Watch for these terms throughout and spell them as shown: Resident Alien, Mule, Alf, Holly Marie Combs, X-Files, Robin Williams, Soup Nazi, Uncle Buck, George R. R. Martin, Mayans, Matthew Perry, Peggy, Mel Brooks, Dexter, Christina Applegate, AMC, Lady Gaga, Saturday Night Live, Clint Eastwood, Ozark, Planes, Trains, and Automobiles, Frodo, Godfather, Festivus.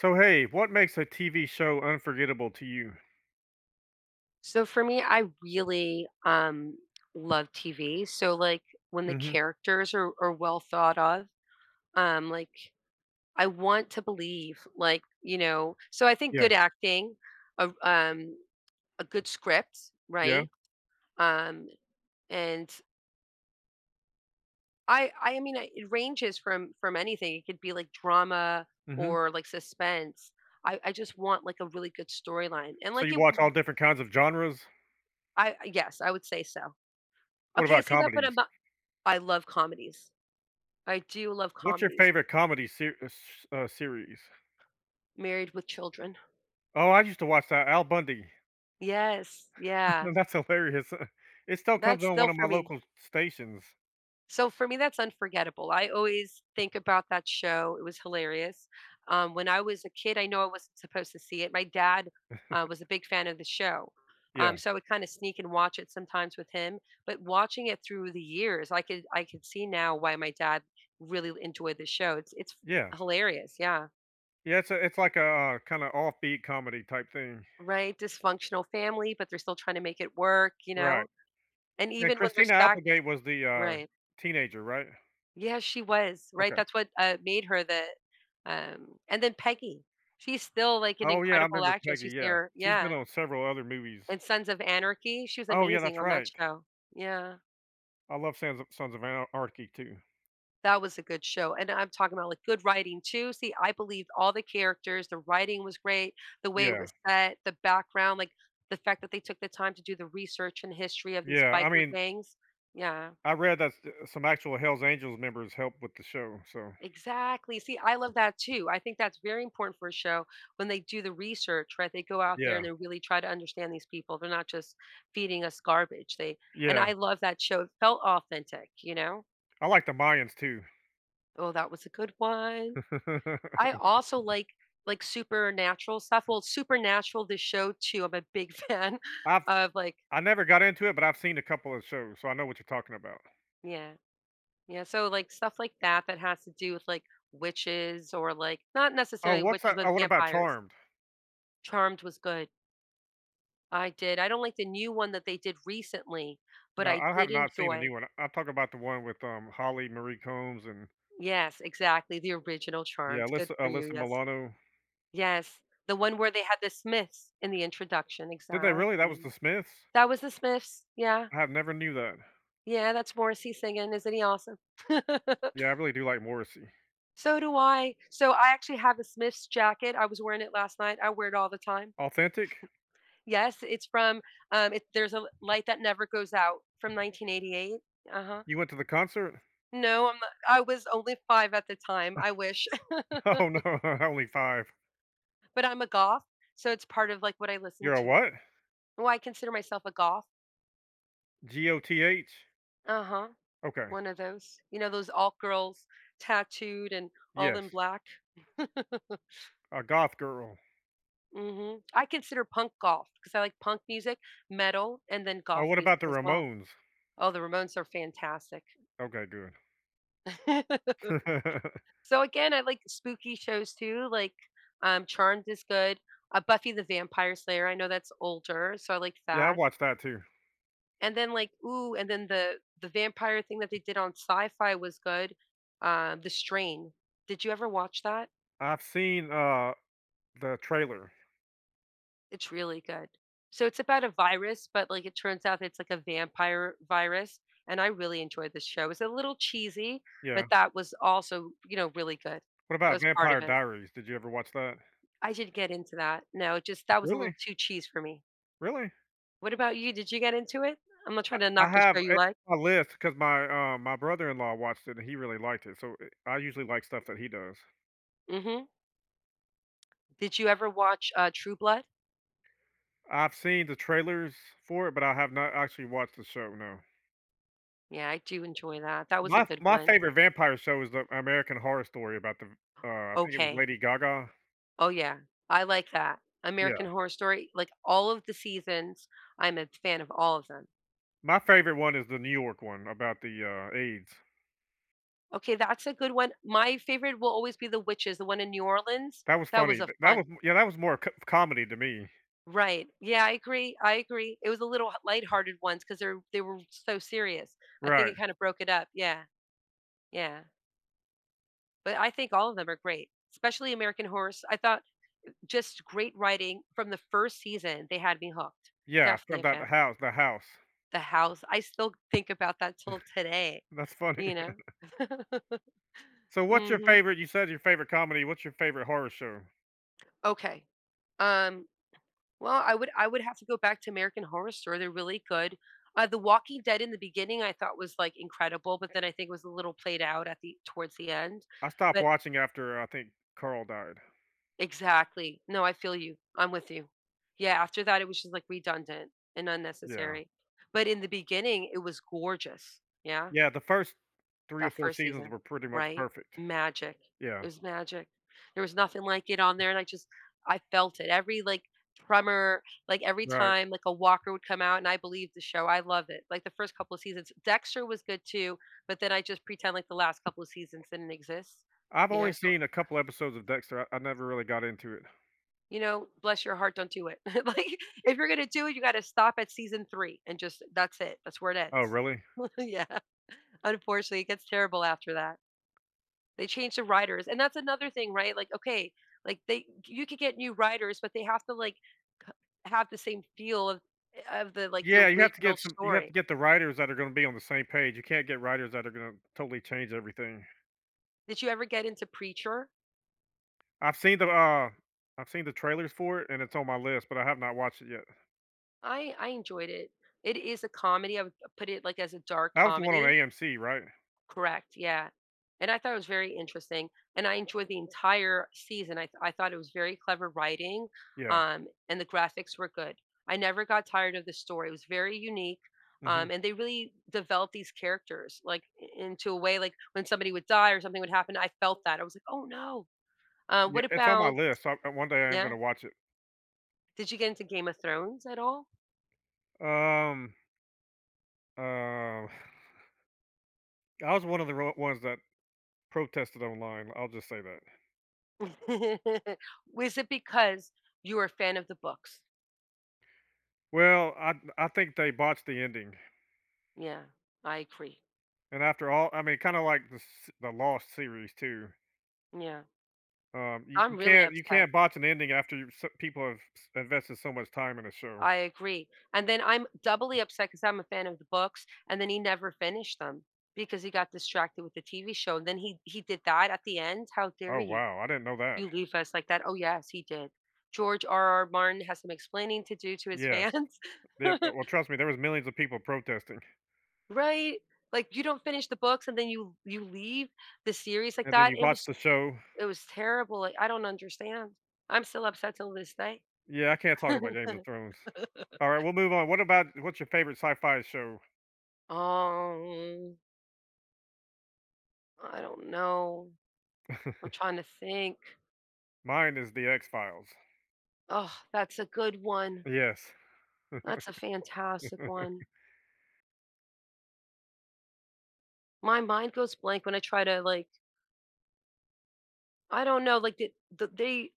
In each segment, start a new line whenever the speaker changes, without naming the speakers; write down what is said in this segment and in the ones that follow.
So hey, what makes a TV show unforgettable to you?
So for me, I really love TV. So like when the
Hmm.
characters are well thought of, um, like I want to believe, like, so I think
Yeah,
good acting, a um a good script,
yeah.
right? Um and I mean it ranges from anything. It could be like drama
Hmm.
or like suspense. I just want like a really good storyline. And
So
like
you
it
watch all different kinds of genres.
I yes, I would say so.
What
Okay,
about
see that, but I'm
comedies?
not I love comedies. I do love
What's your
comedies.
favorite series?
Married with Children.
Oh, I used to watch that, Al Bundy.
Yes, yeah.
That's hilarious. It still comes
That's
on one
still
of my
for me.
local stations.
So for me, that's unforgettable. I always think about that show. It was hilarious. When I was a kid, I know I wasn't supposed to see it. My dad was a big fan of the show.
Yeah,
So I would kind of sneak and watch it sometimes with him. But watching it through the years, I could see now why my dad really enjoyed the show. It's
yeah,
hilarious, yeah.
yeah. It's like a kind of offbeat comedy type thing,
Right? Dysfunctional family, but they're still trying to make it work, you
right?
know? And
And
even when they're
Christina
stacked
Applegate was the
right.
teenager, right?
Yeah, she was, right?
Okay.
That's what, made her the and then Peggy. She's still, like, an
Oh yeah, I
incredible
remember
actress.
Peggy.
She's
Yeah,
near
she's been
yeah,
on several other movies.
and Sons of Anarchy, she was
Oh, yeah,
amazing
that's
on that
right.
show. Yeah,
I love Sons of Anarchy too.
that was a good show, and I'm talking about, like, good writing too. See, I believed all the characters, the writing was great, the way it
Yeah.
was set, the background, like, the fact that they took the time to do the research and history of these
Yeah, I
biker
mean,
gangs. Yeah.
I read that s some actual Hells Angels members helped with the show, so.
Exactly. See, I love that too. I think that's very important for a show when they do the research, right? They go out there and
Yeah.
they really try to understand these people. They're not just feeding us garbage. They and
Yeah.
I love that show. It felt authentic, you know?
I like the Mayans too.
Oh, that was a good one. I also like supernatural stuff. Well, supernatural the show too. I'm a big fan
I've
of like,
I never got into it, but I've seen a couple of shows, so I know what you're talking about.
yeah. Yeah. So like stuff like that that has to do with like witches or like not
Oh,
necessarily
what's
witches,
that
but
Oh, what about
vampires.
Charmed?
Charmed was good. I did. I don't like the new one that they did recently, but
No,
I
I have
did
not seen the
enjoy
new one. I'm talking about the one with, Holly Marie Combs and
yes, exactly, the original
yeah,
charms. Good
Alyssa
for you,
Alyssa
yes.
Milano.
Yes, the one where they had the Smiths in the introduction,
Did they really? That was the
exactly.
Smiths?
That was the Smiths, yeah.
I have never knew that.
Yeah, that's Morrissey singing. Isn't he awesome?
Yeah, I really do like Morrissey.
So do I. So I actually have a Smiths jacket. I was wearing it last night. I wear it all the time.
Authentic?
Yes, it's from, it, there's a light that never goes out from 1988. Uh-huh.
You went to the concert?
No, I'm not I was only 5 at the time, I wish,
Oh, no, only 5.
but I'm a goth, so it's part of, like, what I listen
You're a
to.
what?
Well, I consider myself a goth.
GOTH?
Uh-huh,
Okay,
one of those. You know, those alt girls, tattooed and all
yes,
in black.
a goth girl.
Mhm. I consider punk goth because I like punk music, metal, and then
Oh,
goth
what about
music
the
as well.
Ramones?
Oh, the Ramones are fantastic.
Okay, good.
So, again, I like spooky shows too, like, Charmed is good, Buffy the Vampire Slayer, I know that's older, so I like
Yeah, I
that.
watched that too.
And then like, ooh, and then the vampire thing that they did on Sci-Fi was good. The Strain. Did you ever watch that?
I've seen, the trailer,
It's really good. So it's about a virus, but like it turns out it's like a vampire virus. And I really enjoyed this show. It's a little cheesy,
yeah.
but that was also, you know, really good.
What
That
about
was part of
Vampire
it.
Diaries? Did you ever watch that?
I did get into that. No, it just that was a little
Really?
too cheese for me.
Really?
What about you? Did you get into it? I'm not trying to
I
knock a
have
show you
it
like.
on my list 'cause my brother-in-law watched it and he really liked it, so, I usually like stuff that he does.
Hmm. Did you ever watch True Blood?
I've seen the trailers for it, but I have not actually watched the show, no.
Yeah, I do enjoy that. That was a
My
good
my
one.
favorite vampire show is the American Horror Story about the I think it was
Okay.
Lady Gaga.
Oh, yeah. I like that. American
Yeah,
Horror Story, like all of the seasons, I'm a fan of all of them.
my favorite one is the New York one about the, AIDS.
Okay, that's a good one. My favorite will always be The Witches, the one in New Orleans.
That was
That
funny.
was a
Th That
fun.
was yeah, that was more co comedy to me.
Right. Yeah, I agree. I agree. It was a little lighthearted ones because they were so serious. I think
Right.
it kind of broke it up. Yeah. Yeah. But I think all of them are great, especially American Horror. I thought just great writing from the first season. They had me hooked.
Yeah, from
Definitely a
that the
fan.
house the house.
The house, I still think about that till today,
That's funny.
you know?
So what's your
Mhm.
favorite you said your favorite comedy, what's your favorite horror show?
Okay. Um, well, I would have to go back to American Horror Story, they're really good. The Walking Dead in the beginning I thought was, like, incredible, but then I think was a little played out at the towards the end.
I stopped
But
watching after I think Carl died.
exactly. No, I feel you. I'm with you. Yeah, after that, it was just, like, redundant and
Yeah.
unnecessary. But in the beginning, it was gorgeous. Yeah?
Yeah, the first 3 or
That
4
first
seasons
season,
were pretty much
right?
perfect.
Magic. It
Yeah.
was magic. There was nothing like it on there, and I just I felt it. Every like tremor, like every
Right.
time like a walker would come out, and I believed the show. I love it. Like the first couple of seasons, Dexter was good too, but then I just pretend like the last couple of seasons didn't exist.
I've
You
only
know, so
seen a couple episodes of Dexter. I never really got into it.
you know, bless your heart, don't do it. Like if you're gonna do it, you got to stop at season three and just that's it. That's where it
Oh,
ends.
really?
Yeah. Unfortunately, it gets terrible after that. They changed the writers, and that's another thing, right? Like, okay, like they you could get new writers, but they have to like c- have the same feel of of the like the
Yeah, you have to
original
get some. You have to
story.
get the writers that are going to be on the same page. You can't get writers that are going to totally change everything.
Did you ever get into Preacher?
I've seen the uh, I've seen the trailers for it, and it's on my list, but I have not watched it yet.
I enjoyed it. It is a comedy. I would put it like as a dark
That was the one on
comedy.
AMC, right?
Correct, yeah, and I thought it was very interesting, and I enjoyed the entire season. I thought it was very clever writing,
Yeah.
and the graphics were good. I never got tired of the story. It was very unique,
Hmm.
and they really developed these characters, like, I into a way, like, when somebody would die or something would happen, I felt that. I was like, "Oh, no."
Yeah,
What
it's on my
about
list. So I, one day I am going
yeah?
to watch it.
Did you get into Game of Thrones at all?
Um, uh, I was one of the ones that protested online. I'll just say that.
Was it because you were a fan of the books?
Well, I think they botched the ending.
Yeah, I agree.
And after all, I mean, kind of like the Lost series too.
Yeah.
You
I'm really
can't
upset.
botch an ending after you so people have s invested so much time in a show.
I agree. And then I'm doubly upset because I'm a fan of the books, and then he never finished them because he got distracted with the TV show. And then he did that at the end. How dare
Oh,
you?
wow, I didn't know that.
You leave us like that. Oh yes, he did. George R. R. Martin has some explaining to do to his
Yes.
fans.
Yeah, well, trust me, there was millions of people protesting,
Right? Like you don't finish the books and then you leave the series like
and then
that.
you botched the show.
It was terrible. Like I don't understand. I'm still upset till this day.
Yeah, I can't talk about Games of Thrones. Alright, we'll move on. What's your favorite sci-fi show?
Um, I don't know. I'm trying to think.
Mine is The X-Files.
Oh, that's a good one.
Yes.
That's a fantastic one. My mind goes blank when I try to like I don't know, like the they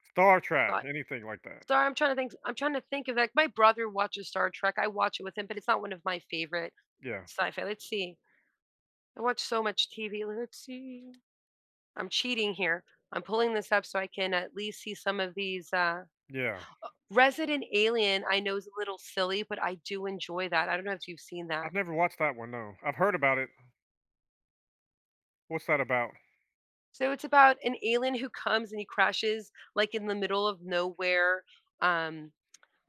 Star Trek,
got
anything like that.
sorry, I'm trying to think I'm trying to think of like my brother watches Star Trek. I watch it with him, but it's not one of my favorite
Yeah,
sci-fi. Let's see. I watch so much TV. Let's see. I'm cheating here. I'm pulling this up so I can at least see some of these
yeah.
Resident Alien I know is a little silly, but I do enjoy that. I don't know if you've seen
I've
that.
never watched that one, no. I've heard about it. What's that about?
So it's about an alien who comes and he crashes like in the middle of nowhere. Um,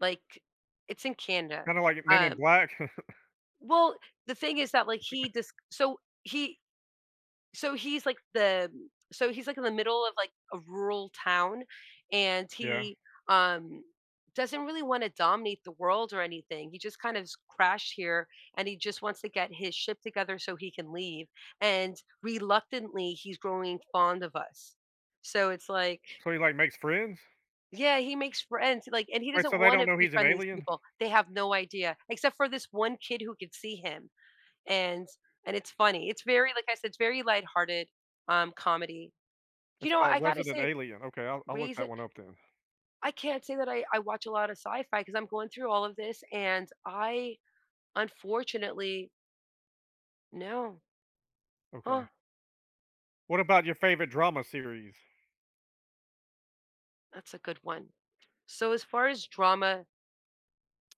like it's in Canada.
Kinda like Men in
Um,
Black.
well, the thing is that like he just so he's like the so he's like in the middle of like a rural town and
Yeah.
he um doesn't really want to dominate the world or anything. He just kind of crashed here and he just wants to get his ship together so he can leave. And reluctantly he's growing fond of us. So it's like
So he, like, makes friends?
yeah, he makes friends like and he
Wait,
doesn't
so they
want
don't
to
know he's an
befriend these
alien?
people. They have no idea except for this one kid who could see him and and it's funny. It's very like I said, it's very lighthearted comedy. You
It's
know,
called
I gotta
Resident
say,
Alien. Okay, I'll look
Raise
that
It.
one up then.
I can't say that I watch a lot of sci-fi because I'm going through all of this, and I unfortunately no.
Okay.
Huh,
What about your favorite drama series?
that's a good one. So as far as drama,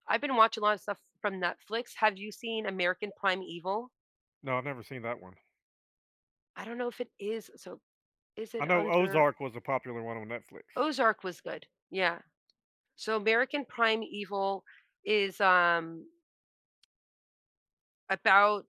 I've been watching a lot of stuff from Netflix. Have you seen American Prime Evil?
No, I've never seen that one.
I don't know if it is. So is
I
it
know
under
Ozark was a popular one on Netflix.
Ozark was good. Yeah. So American Prime Evil is about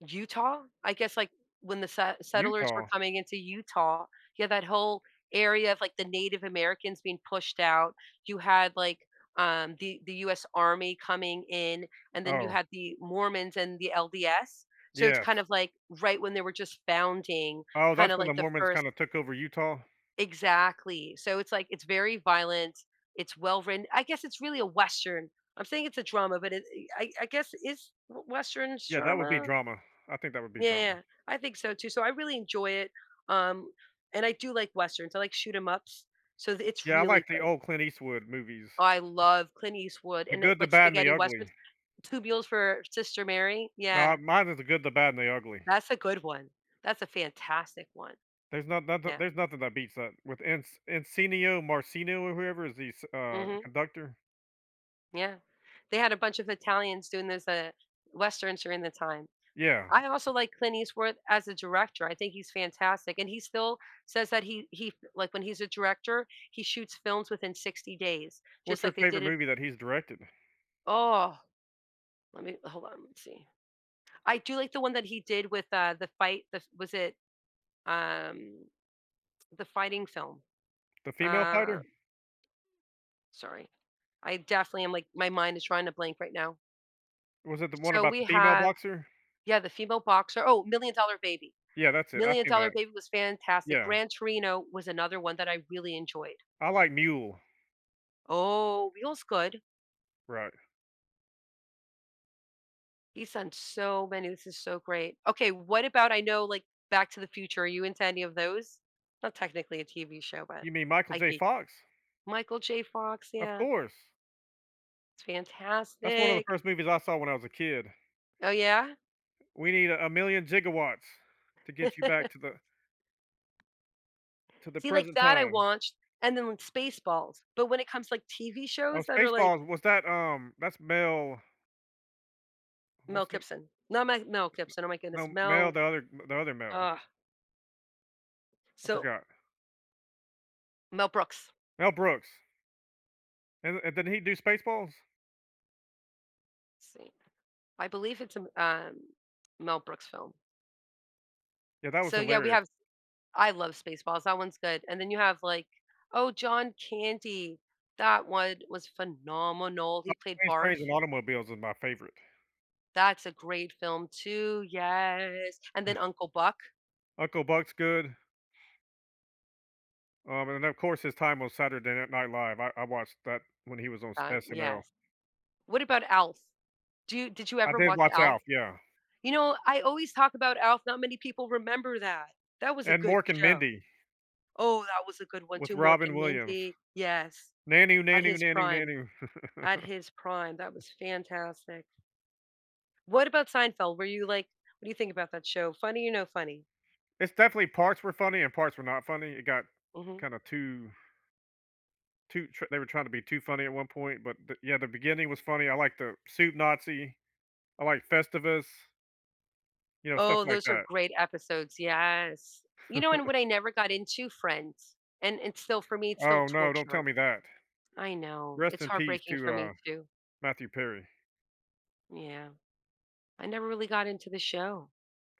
Utah? I guess, like, when the settlers were
Utah?
coming into Utah, you had that whole area of, like, the Native Americans being pushed out. You had, like, the US Army coming in, and then you
Oh,
had the Mormons and the LDS. So it's
yes.
kind of like right when they were just founding,
Oh, that's
kinda
when the
like the
Mormons
first
kinda took over Utah?
Exactly. So it's like it's very violent, it's well written. I guess it's really a Western. I'm saying it's a drama, but it I guess is Western
Yeah, that would be
drama?
drama. I think that would be
Yeah,
drama.
yeah. I think so too. So I really enjoy it. Um, and I do like westerns. I like shoot 'em ups. So it's
Yeah, I like
really
the
good.
old Clint Eastwood movies.
I love Clint Eastwood
The
and it,
Good, the
like
Bad, and the
spaghetti
Ugly.
westerns. Two Mules for Sister Mary.
No, I-
Yeah,
Mine is The Good, the Bad, and the Ugly.
that's a good one. That's a fantastic one. Yeah.
There's nothing that beats that with Ens Encino Marcino or whoever is the s
hmm
conductor.
Yeah. They had a bunch of Italians doing those westerns during the time.
Yeah.
I also like Clint Eastwood as a director. I think he's fantastic, and he still says that he like when he's a director, he shoots films within 60 days,
What's
just
your
like they
favorite
did it.
movie that he's directed?
Oh, let me hold on. Let's see. I do like the one that he did with the fight. The was it um the fighting film.
The Female
Uh,
Fighter?
Sorry, I definitely am like my mind is trying to blank right now.
Was it the one
So
about the
we
female
have
boxer?
yeah the female boxer. Oh, Million Dollar Baby.
Yeah, that's it. I've
Million
seen
Dollar
that.
Baby was fantastic.
Yeah.
Gran Torino was another one that I really enjoyed.
I like Mule.
Oh, Wheel's good.
Right.
He's done so many. This is so great. Okay, what about I know like Back to the Future. Are you into any of those? Not technically a TV show, but
You mean Michael
I
J.
geek.
Fox?
Michael J. Fox,
Of
yeah.
course.
It's
That's one of the
fantastic.
first movies I saw when I was a kid.
Oh yeah?
We need a million gigawatts to get you back to the
See, like
present
that I
time.
watched and then like Spaceballs. But when it comes to, like TV
Oh,
shows that are like
Spaceballs was that's Mel
Mel
what's the
Gibson. Not my Mel Gibson. Oh my goodness.
no Mel the other Mel.
Uh
I
so
forgot.
Mel Brooks.
Mel Brooks, and did he do Spaceballs?
Let's see. I believe it's a Mel Brooks film.
Yeah, that was
So yeah, we
hilarious.
have I love Spaceballs, that one's good, and then you have, like oh, John Candy, that one was phenomenal, he played
Planes,
Barf,
Trains, and Automobiles is my favorite.
that's a great film too, yes, and then Uncle Buck,
Uncle Buck's good, and of course his time on Saturday Night Live. I watched that when he was on SNL.
yes. What about Alf? Do you Did you
I
ever
did
watch
watch
Alf?
Alf, yeah,
You know, I always talk about Alf, not many people remember that. That was a
and
good
Mork and
show.
Mindy
Oh, that was a good one
with
too, Mork
Robin
and
Williams.
Mindy, yes,
Nanu,
at
nanu,
his
nanu,
prime,
nanu.
at his prime, that was fantastic. What about Seinfeld? Were you like, what do you think about that show? Funny or no funny?
It's definitely parts were funny and parts were not funny. It got
Mhm.
kind of too, they were trying to be too funny at one point, but yeah, the beginning was funny. I like the Soup Nazi. I like Festivus. You know, stuff
Oh,
like
those are
that.
great episodes. Yes. You know, and what I never got into, Friends. And it's still for me, it's still
Oh, no, don't tell
torture.
me that.
I know.
Rest
It's
in peace
heartbreaking
to,
for me too.
Matthew Perry.
Yeah. I never really got into the show.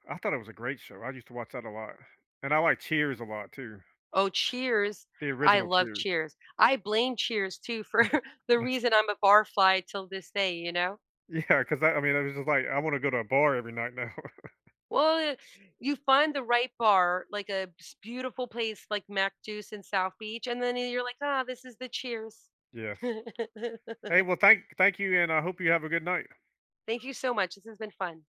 I thought it was a great show. I used to watch that a lot, and I like Cheers a lot too,
Oh, Cheers.
the
I
original
love
Cheers.
Cheers. I blame Cheers too for the
That's
reason I'm a barfly till this day, you know?
yeah, because that I mean, it was just like, I wanna go to a bar every night now.
Well, eh, you find the right bar, like a s beautiful place like Mac Juice in South Beach, and then you're like, "Ah, this is the cheers."
Yes. Hey, well, thank you, and I hope you have a good night.
Thank you so much. This has been fun.